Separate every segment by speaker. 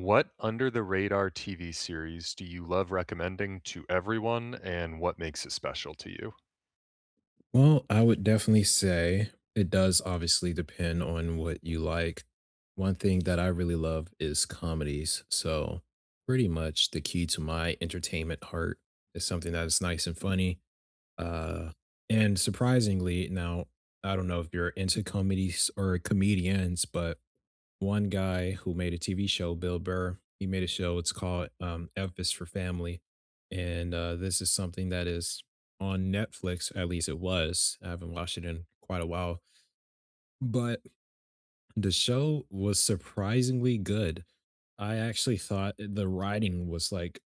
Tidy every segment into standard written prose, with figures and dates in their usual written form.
Speaker 1: What under the radar TV series do you love recommending to everyone and what makes it special to you?
Speaker 2: Well, I would definitely say it does obviously depend on what you like. One thing that I really love is comedies. So, pretty much the key to my entertainment heart is something that is nice and funny. Uh, and surprisingly, now, I don't know if you're into comedies or comedians, but one guy who made a TV show, Bill Burr. He made a show. It's called Elvis for Family, and this is something that is on Netflix. At least it was. I haven't watched it in quite a while, but the show was surprisingly good. I actually thought the writing was like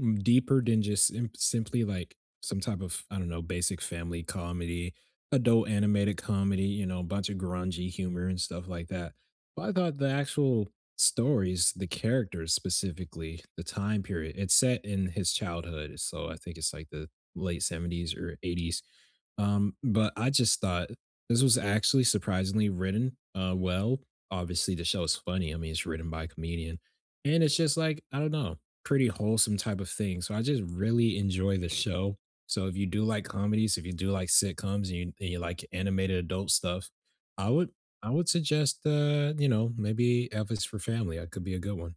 Speaker 2: Deeper than just simply, like, some type of, I don't know, basic family comedy, adult animated comedy, you know, a bunch of grungy humor and stuff like that. But I thought the actual stories, the characters specifically, the time period, it's set in his childhood, so I think it's, like, the late '70s or '80s. But I just thought this was actually surprisingly written, well. Obviously, the show is funny, I mean, it's written by a comedian, and it's just like, I don't know, pretty wholesome type of thing. So I just really enjoy the show. So if you do like comedies, if you do like sitcoms, and you like animated adult stuff, I would I would suggest you know, maybe Elvis for Family. That could be a good one.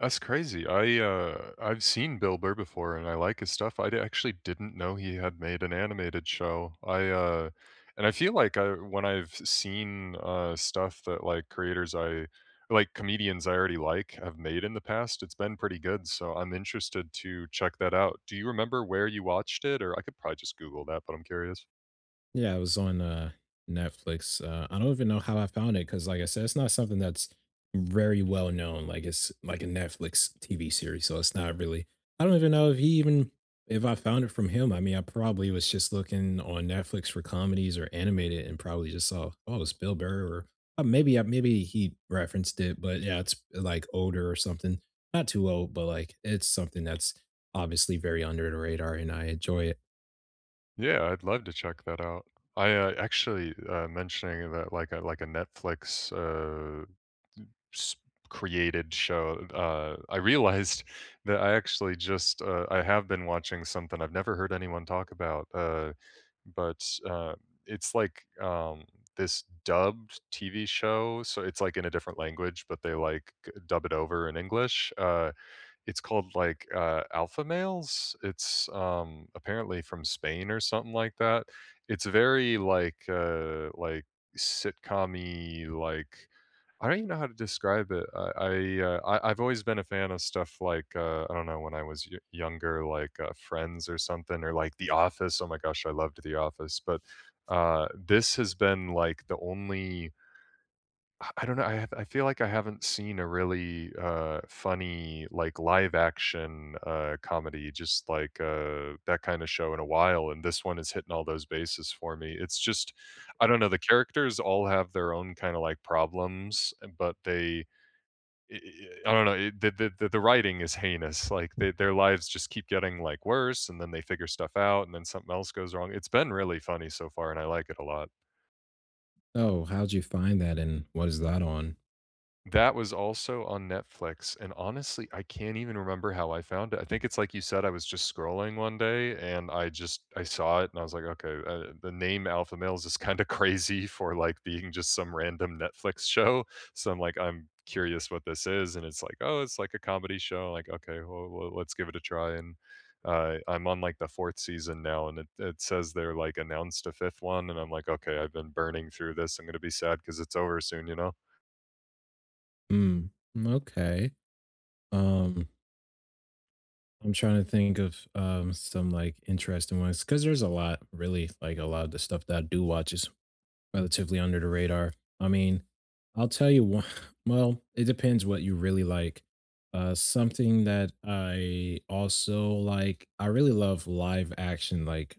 Speaker 1: That's crazy. I've seen Bill Burr before and I like his stuff. Actually didn't know he had made an animated show. I And I feel like I when I've seen stuff that like creators I like comedians I already like have made in the past, it's been pretty good. So I'm interested to check that out. Do you remember where you watched it, or I could probably just Google that, but I'm curious.
Speaker 2: Yeah, it was on, Netflix, I don't even know how I found it because, like I said, it's not something that's very well known, like, it's like a Netflix TV series, so it's not really I don't even know if he even if I found it from him, I mean, I probably was just looking on Netflix for comedies or animated and probably just saw, "Oh, it's Bill Burr," or, maybe I maybe he referenced it, but yeah, it's, like, older or something. Not too old, but, like, it's something that's obviously very under the radar, and I enjoy it.
Speaker 1: Yeah, I'd love to check that out. Mentioning that, like a Netflix, s created show, I realized that I actually just, I have been watching something I've never heard anyone talk about, but, uh, it's like, this dubbed TV show, so it's, like, in a different language, but they, like, dub it over in English, it's called like, Alpha Males. It's, apparently from Spain or something like that. It's very like, sitcom-y, like I don't even know how to describe it. I've always been a fan of stuff like, I don't know, when I was y younger, like, Friends or something or like The Office. Oh my gosh, I loved The Office, but, this has been like the only I don't know, I feel like I haven't seen a really, funny, like, live action, comedy, just like, that kinda show in a while, and this one is hitting all those bases for me. It's just I don't know, the characters all have their own kinda, like, problems, but they I don't know, it the writing is heinous, like, they their lives just keep getting, like, worse, and then they figure stuff out, and then something else goes wrong. It's been really funny so far, and I like it a lot.
Speaker 2: Oh, how'd you find that and what is that on?
Speaker 1: That was also on Netflix, and honestly, I can't even remember how I found it. I think it's like you said, I was just scrolling one day and I saw it and I was like, "Okay, the name Alpha Males is kinda crazy for, like, being just some random Netflix show." So I'm like, "I'm curious what this is," and it's like, "Oh, it's like a comedy show." Like, "Okay, well, let's give it a try," and, I'm on, like, the 4th season now, and it says they're, like, announced a 5th one, and I'm like, "Okay, I've been burning through this. I'm gonna be sad because it's over soon," you know?
Speaker 2: Hmm. Okay. Um, I'm trying to think of some like interesting ones because there's a lot, really, like a lot of the stuff that I do watch is relatively under the radar. I mean, I'll tell you one. Well, it depends what you really like. Something that I also like. I really love live action. Like,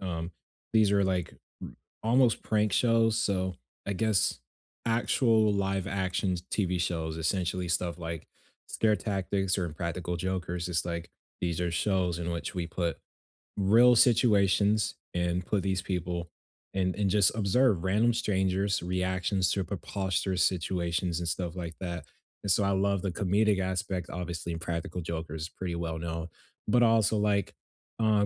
Speaker 2: um, these are like r- almost prank shows. So I guess actual live action TV shows, essentially stuff like Scare Tactics or Impractical Jokers. It's like these are shows in which we put real situations and put these people and just observe random strangers reactions to preposterous situations and stuff like that, and so I love the comedic aspect. Obviously, and practical jokers pretty well known, but also like uh,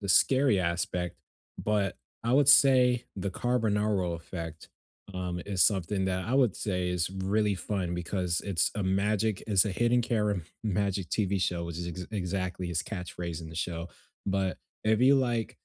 Speaker 2: the scary aspect, but I would say the Carbonaro effect is something that I would say is really fun because it's a magic, it's a hidden camera magic TV show, which is exactly his catchphrase in the show. But if you like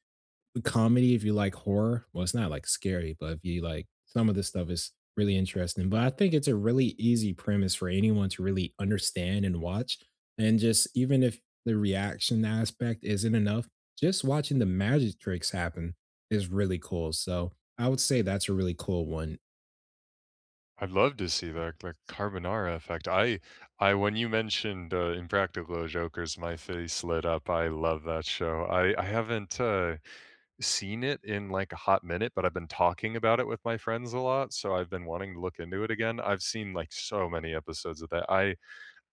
Speaker 2: with comedy, if you like horror, well, it's not like scary, but if you like some of this stuff is really interesting. But I think it's a really easy premise for anyone to really understand and watch. And just even if the reaction aspect isn't enough, just watching the magic tricks happen is really cool. So I would say that's a really cool one.
Speaker 1: I'd love to see the carbonara effect. I When you mentioned, Impractical Jokers, my face lit up. I love that show. I haven't, seen it in, like, a hot minute, but I've been talking about it with my friends a lot, so I've been wanting to look into it again. I've seen, like, so many episodes of that.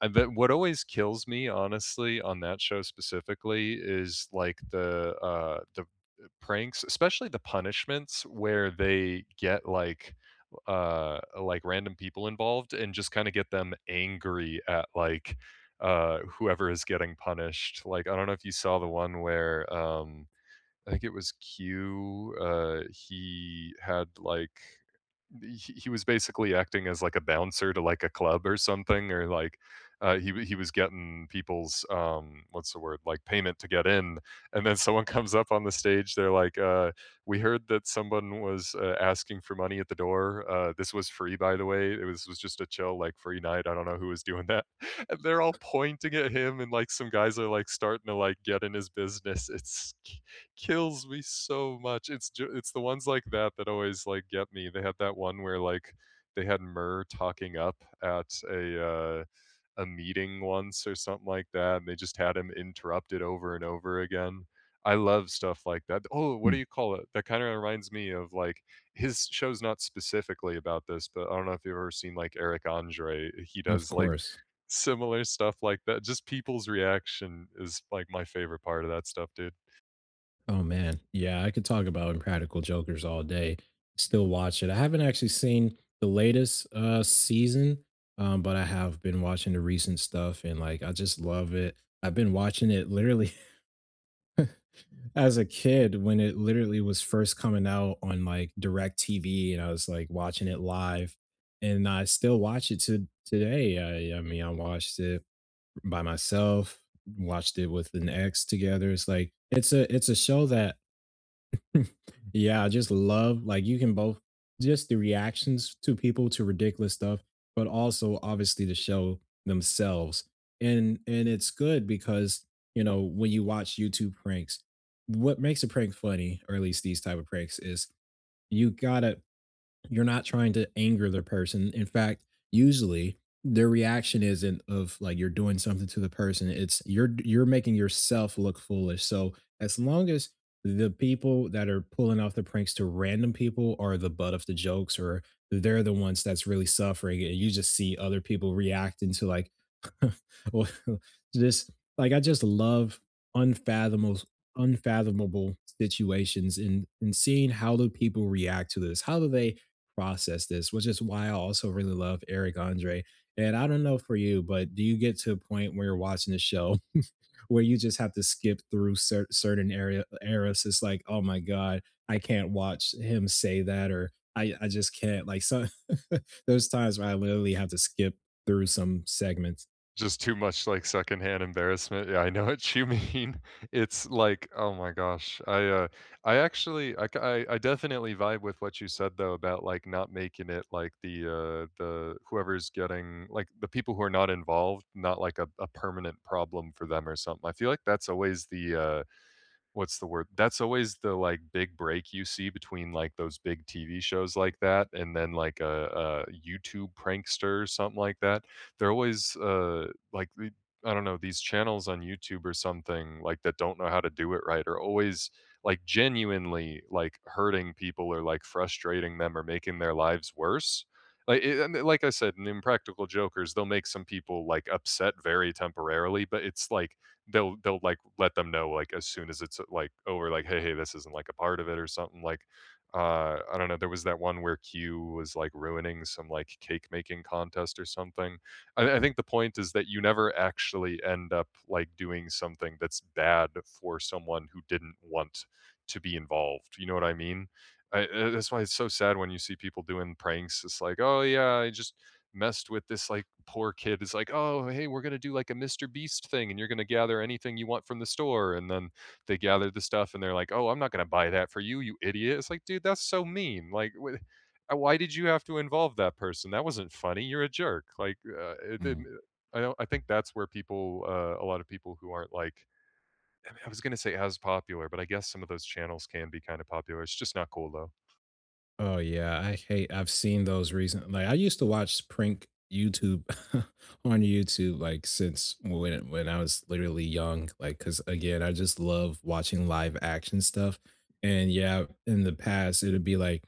Speaker 1: I But what always kills me, honestly, on that show specifically is, like, the pranks, especially the punishments where they get like random people involved and just kind of get them angry at whoever is getting punished. Like I don't know if you saw the one where I think it was Q, he had like he was basically acting as like a bouncer to like a club or something, or he was getting people's, what's the word, like payment to get in, and then someone comes up on the stage, they're like, we heard that someone was, asking for money at the door. This was free, by the way. It was just a chill, like, free night. I don't know who was doing that. And they're all pointing at him, and like some guys are like starting to like get in his business. It's kills me so much. It's the ones like that that always, like, get me. They had that one where, like, they had Murr talking up at a meeting once or something like that, and they just had him interrupted over and over again. I love stuff like that. Oh, what do
Speaker 2: Hmm.
Speaker 1: you call it? That kinda reminds me of, like his show's not specifically about this, but I don't know if you've ever seen, like, Eric Andre. He
Speaker 2: Of
Speaker 1: does, like,
Speaker 2: course.
Speaker 1: similar stuff like that. Just people's reaction is, like, my favorite part of that stuff, dude.
Speaker 2: Oh man. Yeah, I could talk about Impractical Jokers all day. Still watch it. I haven't actually seen the latest season, but I have been watching the recent stuff and like I just love it. I've been watching it literally as a kid when it literally was first coming out on like direct TV and I was like watching it live, and I still watch it to today. I mean I watched it by myself, watched it with an ex together. It's like it's a show that yeah, I just love like you can both just the reactions to people to ridiculous stuff, but also obviously to show themselves. And it's good because you know when you watch YouTube pranks, what makes a prank funny, or at least these type of pranks, is you gotta you're not trying to anger the person. In fact, usually their reaction isn't of like you're doing something to the person. It's you're making yourself look foolish. So as long as the people that are pulling off the pranks to random people are the butt of the jokes or they're the ones that's really suffering and you just see other people reacting to like well, just like I just love unfathomable unfathomable situations and seeing how do people react to this, how do they process this, which is why I also really love Eric Andre. And I don't know for you, but do you get to a point where you're watching the show where you just have to skip through certain area eras? It's like, oh my god, I can't watch him say that, or I just can't. Like so, there's times where I literally have to skip through some segments.
Speaker 1: Just too much, like, secondhand embarrassment. Yeah, I know what you mean. It's like, oh my gosh. I actually, I c I definitely vibe with what you said though about, like, not making it like the whoever's getting like, the people who are not involved, not like a permanent problem for them or something. I feel like that's always the, what's the word? That's always the, like, big break you see between, like, those big TV shows like that and then, like, a YouTube prankster or something like that. They're always, like, the I don't know, these channels on YouTube or something, like, that don't know how to do it right are always, like, genuinely, like, hurting people or, like, frustrating them or making their lives worse. Like, it and like I said, in Impractical Jokers, they'll make some people, like, upset very temporarily, but it's like they'll like let them know, like, as soon as it's like over, like, hey, this isn't like a part of it or something. Like, I don't know, there was that one where Q was like ruining some like cake making contest or something. I think the point is that you never actually end up like doing something that's bad for someone who didn't want to be involved, you know what I mean. That's why it's so sad when you see people doing pranks. It's like, oh yeah, I just messed with this like poor kid, is like, "Oh, hey, we're gonna do like a Mr. Beast thing, and you're gonna gather anything you want from the store." And then they gather the stuff, and they're like, "Oh, I'm not gonna buy that for you, you idiot." It's like, dude, that's so mean. Like, why did you have to involve that person? That wasn't funny. You're a jerk. Like, it didn't. I don't. I think that's where people, a lot of people who aren't like, I mean, I was gonna say as popular, but I guess some of those channels can be kind of popular. It's just not cool though.
Speaker 2: Oh yeah, I hate. I've seen those recent. Like I used to watch prank YouTube on YouTube, like since when I was literally young. Like, cause again, I just love watching live action stuff. And yeah, in the past, it'd be like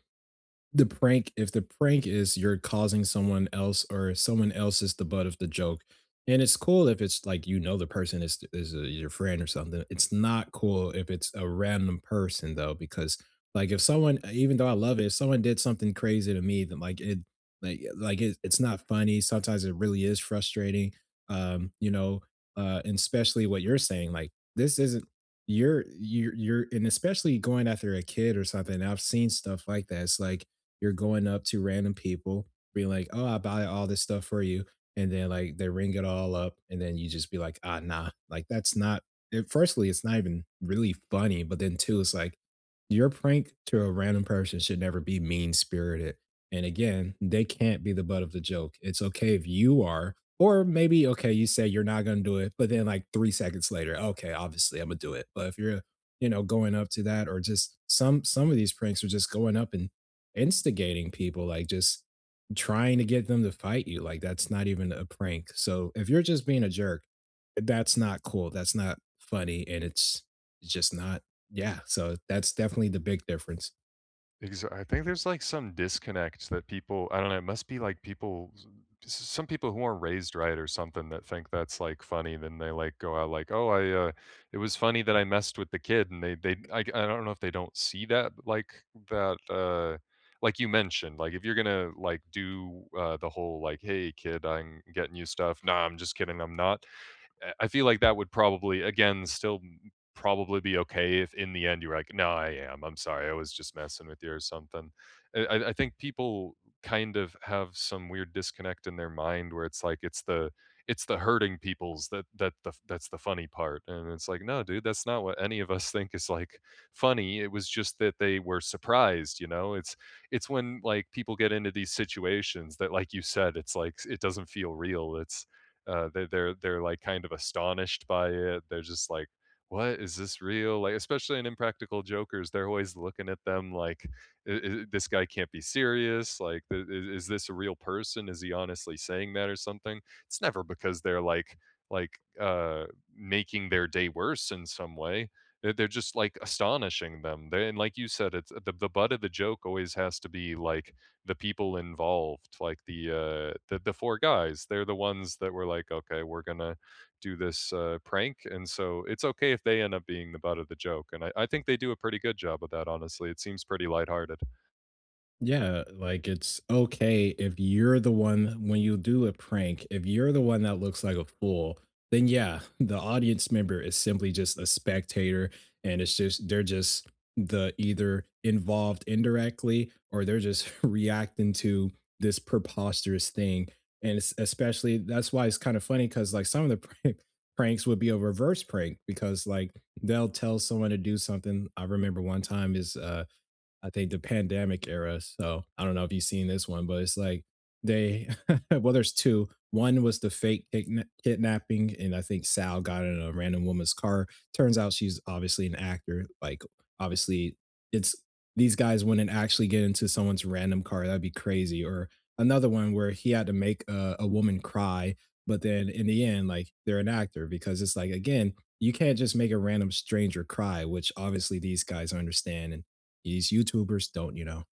Speaker 2: the prank if the prank is you're causing someone else or someone else is the butt of the joke, and it's cool if it's like, you know, the person is, your friend or something. It's not cool if it's a random person, though, because, like, if someone even though I love it, if someone did something crazy to me, then, like, it like yeah, like, it's not funny. Sometimes it really is frustrating, um, you know, and especially what you're saying, like, this isn't you're and especially going after a kid or something, I've seen stuff like that. It's like, you're going up to random people, being like, "Oh, I buy all this stuff for you," and then like they ring it all up, and then you just be like, "Ah, nah." Like that's not. It, firstly, it's not even really funny, but then two, it's like your prank to a random person should never be mean spirited. And again, they can't be the butt of the joke. It's okay if you are, or maybe okay, you say you're not gonna do it, but then like 3 seconds later, okay, obviously I'm gonna do it. But if you're, you know, going up to that, or just some of these pranks are just going up and instigating people, like just trying to get them to fight you. Like that's not even a prank. So if you're just being a jerk, that's not cool. That's not funny. And it's just not, yeah. So that's definitely the big difference.
Speaker 1: Exa I think there's, like, some disconnect that people I don't know, it must be, like, people s s some people who aren't raised right or something that think that's, like, funny, then they, like, go out like, "Oh, it was funny that I messed with the kid," and they I don't know if they don't see that, but, like, that, like you mentioned, like, if you're gonna, like, do, the whole, like, "Hey, kid, I'm getting you stuff," "Nah, I'm just kidding, I'm not." I feel like that would probably again still probably be okay if in the end you were like, "No, I am. I'm sorry. I was just messing with you or something." I think people kind of have some weird disconnect in their mind where it's like it's the hurting people's that that the that's the funny part, and it's like, no, dude, that's not what any of us think is like funny. It was just that they were surprised, you know. It's when like people get into these situations that, like you said, it's like it doesn't feel real. It's they're like kind of astonished by it. They're just like, "What, is this real?" Like, especially in Impractical Jokers, they're always looking at them like, This guy can't be serious. Like, is this a real person? Is he honestly saying that or something?" It's never because they're like uh making their day worse in some way. They're just like astonishing them, and like you said, it's the butt of the joke always has to be like the people involved, like the four guys, they're the ones that were like, "Okay, we're gonna do this, prank," and so it's okay if they end up being the butt of the joke, and I think they do a pretty good job of that. Honestly, it seems pretty lighthearted.
Speaker 2: Yeah, like it's okay if you're the one when you do a prank, if you're the one that looks like a fool, then yeah, the audience member is simply just a spectator and it's just the either involved indirectly or they're just reacting to this preposterous thing. And it's especially that's why it's kind of funny because like some of the pranks would be a reverse prank because like they'll tell someone to do something. I remember one time is I think the pandemic era. So I don't know if you've seen this one, but it's like they well, there's two. One was the fake kidnapping, and I think Sal got in a random woman's car. Turns out she's obviously an actor. Like obviously, it's these guys wouldn't actually get into someone's random car. That'd be crazy. Or another one where he had to make a woman cry, but then in the end, like they're an actor because it's like again, you can't just make a random stranger cry, which obviously these guys understand and these YouTubers don't, you know.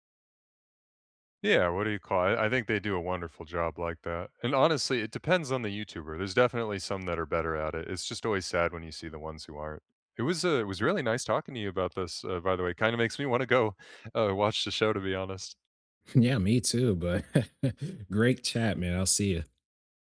Speaker 1: Yeah, what do you call it? I think they do a wonderful job like that. And honestly, it depends on the YouTuber. There's definitely some that are better at it. It's just always sad when you see the ones who aren't. It was really nice talking to you about this. By the way, kind of makes me want to go watch the show. To be honest.
Speaker 2: Yeah, me too. But great chat, man. I'll see you.